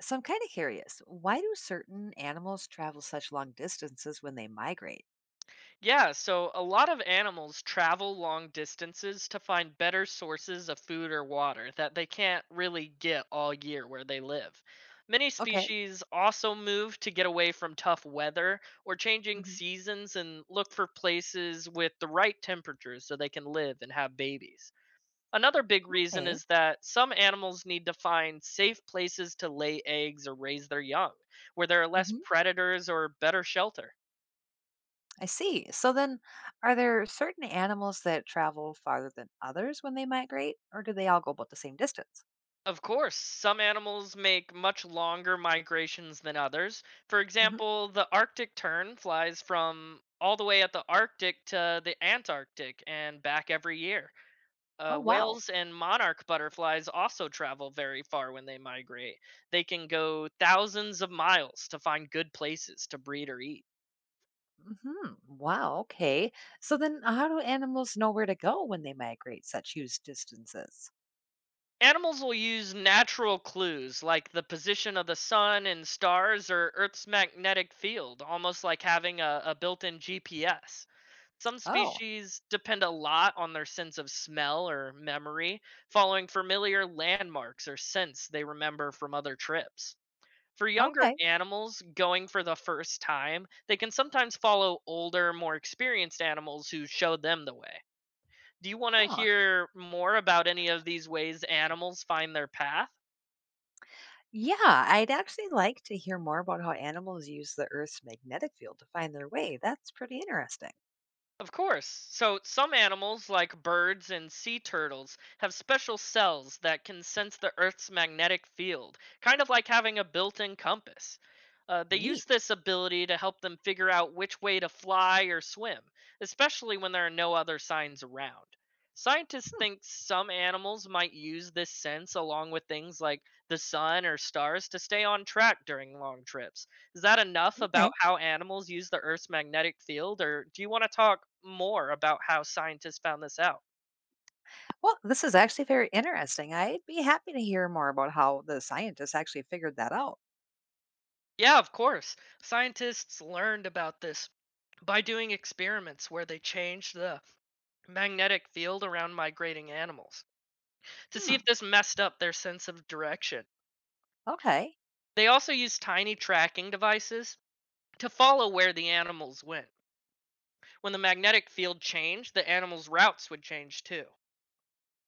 So I'm kind of curious, why do certain animals travel such long distances when they migrate? Yeah, so a lot of animals travel long distances to find better sources of food or water that they can't really get all year where they live. Many Okay. species also move to get away from tough weather or changing Hmm. seasons and look for places with the right temperatures so they can live and have babies. Another big reason Okay. is that some animals need to find safe places to lay eggs or raise their young, where there are less Hmm. predators or better shelter. I see. So then, are there certain animals that travel farther than others when they migrate, or do they all go about the same distance? Of course, some animals make much longer migrations than others. For Hmm. example, the Arctic tern flies from all the way at the Arctic to the Antarctic and back every year. Oh, wow. Whales and monarch butterflies also travel very far when they migrate. They can go thousands of miles to find good places to breed or eat. Hmm. Wow. Okay. So then, how do animals know where to go when they migrate such huge distances? Animals will use natural clues like the position of the sun and stars or Earth's magnetic field, almost like having a built in GPS. Some Oh, species depend a lot on their sense of smell or memory, following familiar landmarks or scents they remember from other trips. For younger okay. animals going for the first time, they can sometimes follow older, more experienced animals who showed them the way. Do you want to Huh. hear more about any of these ways animals find their path? Yeah, I'd actually like to hear more about how animals use the Earth's magnetic field to find their way. That's pretty interesting. Of course. So, some animals, like birds and sea turtles, have special cells that can sense the Earth's magnetic field, kind of like having a built in compass. They use Neat. this ability to help them figure out which way to fly or swim, especially when there are no other signs around. Scientists Hmm, think some animals might use this sense along with things like the sun or stars to stay on track during long trips. Is that enough okay. about how animals use the Earth's magnetic field, or do you want to talk more about how scientists found this out? Well, this is actually very interesting. I'd be happy to hear more about how the scientists actually figured that out. Yeah, of course. Scientists learned about this by doing experiments where they changed the magnetic field around migrating animals to see Hmm. if this messed up their sense of direction. Okay. They also used tiny tracking devices to follow where the animals went. When the magnetic field changed, the animals' routes would change too.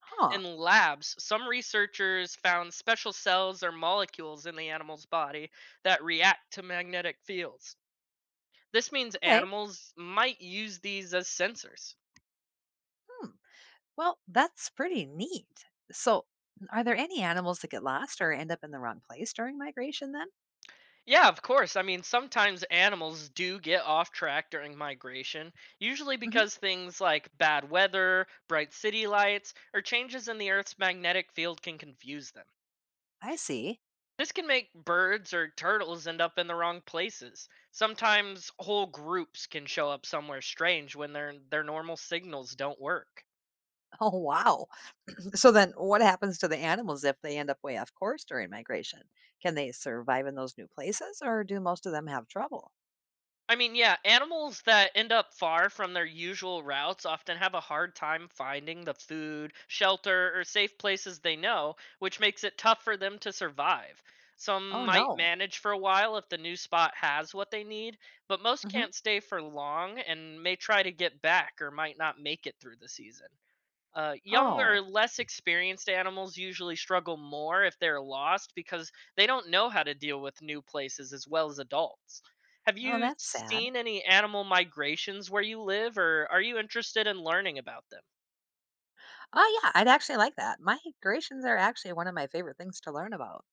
Huh. In labs, some researchers found special cells or molecules in the animal's body that react to magnetic fields. This means Okay. animals might use these as sensors. Hmm. Well, that's pretty neat. So, are there any animals that get lost or end up in the wrong place during migration then? Yeah, of course. I mean, sometimes animals do get off track during migration, usually Hmm. because things like bad weather, bright city lights, or changes in the Earth's magnetic field can confuse them. I see. This can make birds or turtles end up in the wrong places. Sometimes whole groups can show up somewhere strange when their normal signals don't work. Oh, wow. So then what happens to the animals if they end up way off course during migration? Can they survive in those new places or do most of them have trouble? I mean, yeah, animals that end up far from their usual routes often have a hard time finding the food, shelter, or safe places they know, which makes it tough for them to survive. Oh Some might no. manage for a while if the new spot has what they need, but most Hmm. can't stay for long and may try to get back or might not make it through the season. Young Oh, or less experienced animals usually struggle more if they're lost because they don't know how to deal with new places as well as adults. Have oh, you that's sad. seen any animal migrations where you live, or are you interested in learning about them? Oh yeah, I'd actually like that. Migrations are actually one of my favorite things to learn about.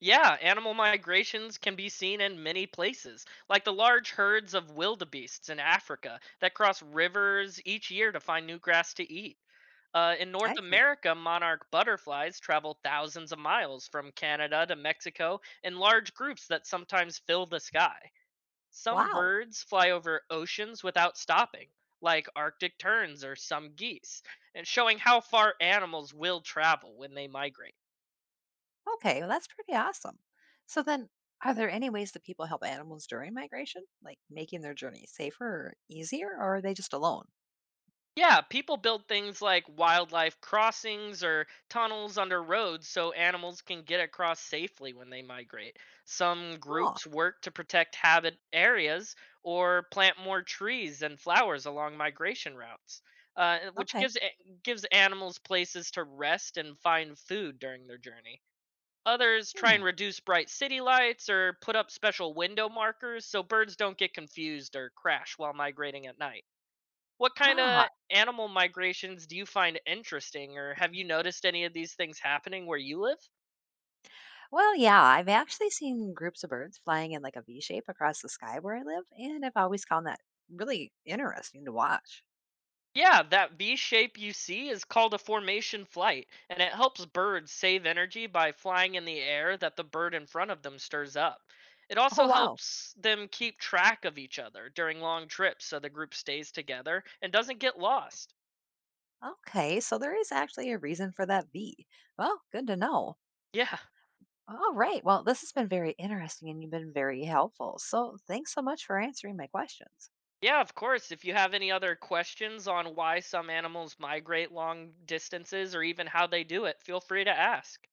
Yeah, animal migrations can be seen in many places, like the large herds of wildebeests in Africa that cross rivers each year to find new grass to eat. In North I think. America, monarch butterflies travel thousands of miles from Canada to Mexico in large groups that sometimes fill the sky. Some Wow. birds fly over oceans without stopping, like Arctic terns or some geese, and showing how far animals will travel when they migrate. Okay, well, that's pretty awesome. So then are there any ways that people help animals during migration, like making their journey safer or easier, or are they just alone? Yeah, people build things like wildlife crossings or tunnels under roads so animals can get across safely when they migrate. Some Oh, groups work to protect habit areas or plant more trees and flowers along migration routes, which okay. Gives animals places to rest and find food during their journey. Others try Hmm. and reduce bright city lights or put up special window markers so birds don't get confused or crash while migrating at night. What Ah. kinda animal migrations do you find interesting, or have you noticed any of these things happening where you live? Well, yeah, I've actually seen groups of birds flying in like a V shape across the sky where I live, and I've always found that really interesting to watch. Yeah, that V shape you see is called a formation flight, and it helps birds save energy by flying in the air that the bird in front of them stirs up. It Oh, also wow. helps them keep track of each other during long trips so the group stays together and doesn't get lost. Okay, so there is actually a reason for that V. Well, good to know. Yeah. All right. Well, this has been very interesting and you've been very helpful. So thanks so much for answering my questions. Yeah, of course. If you have any other questions on why some animals migrate long distances or even how they do it, feel free to ask.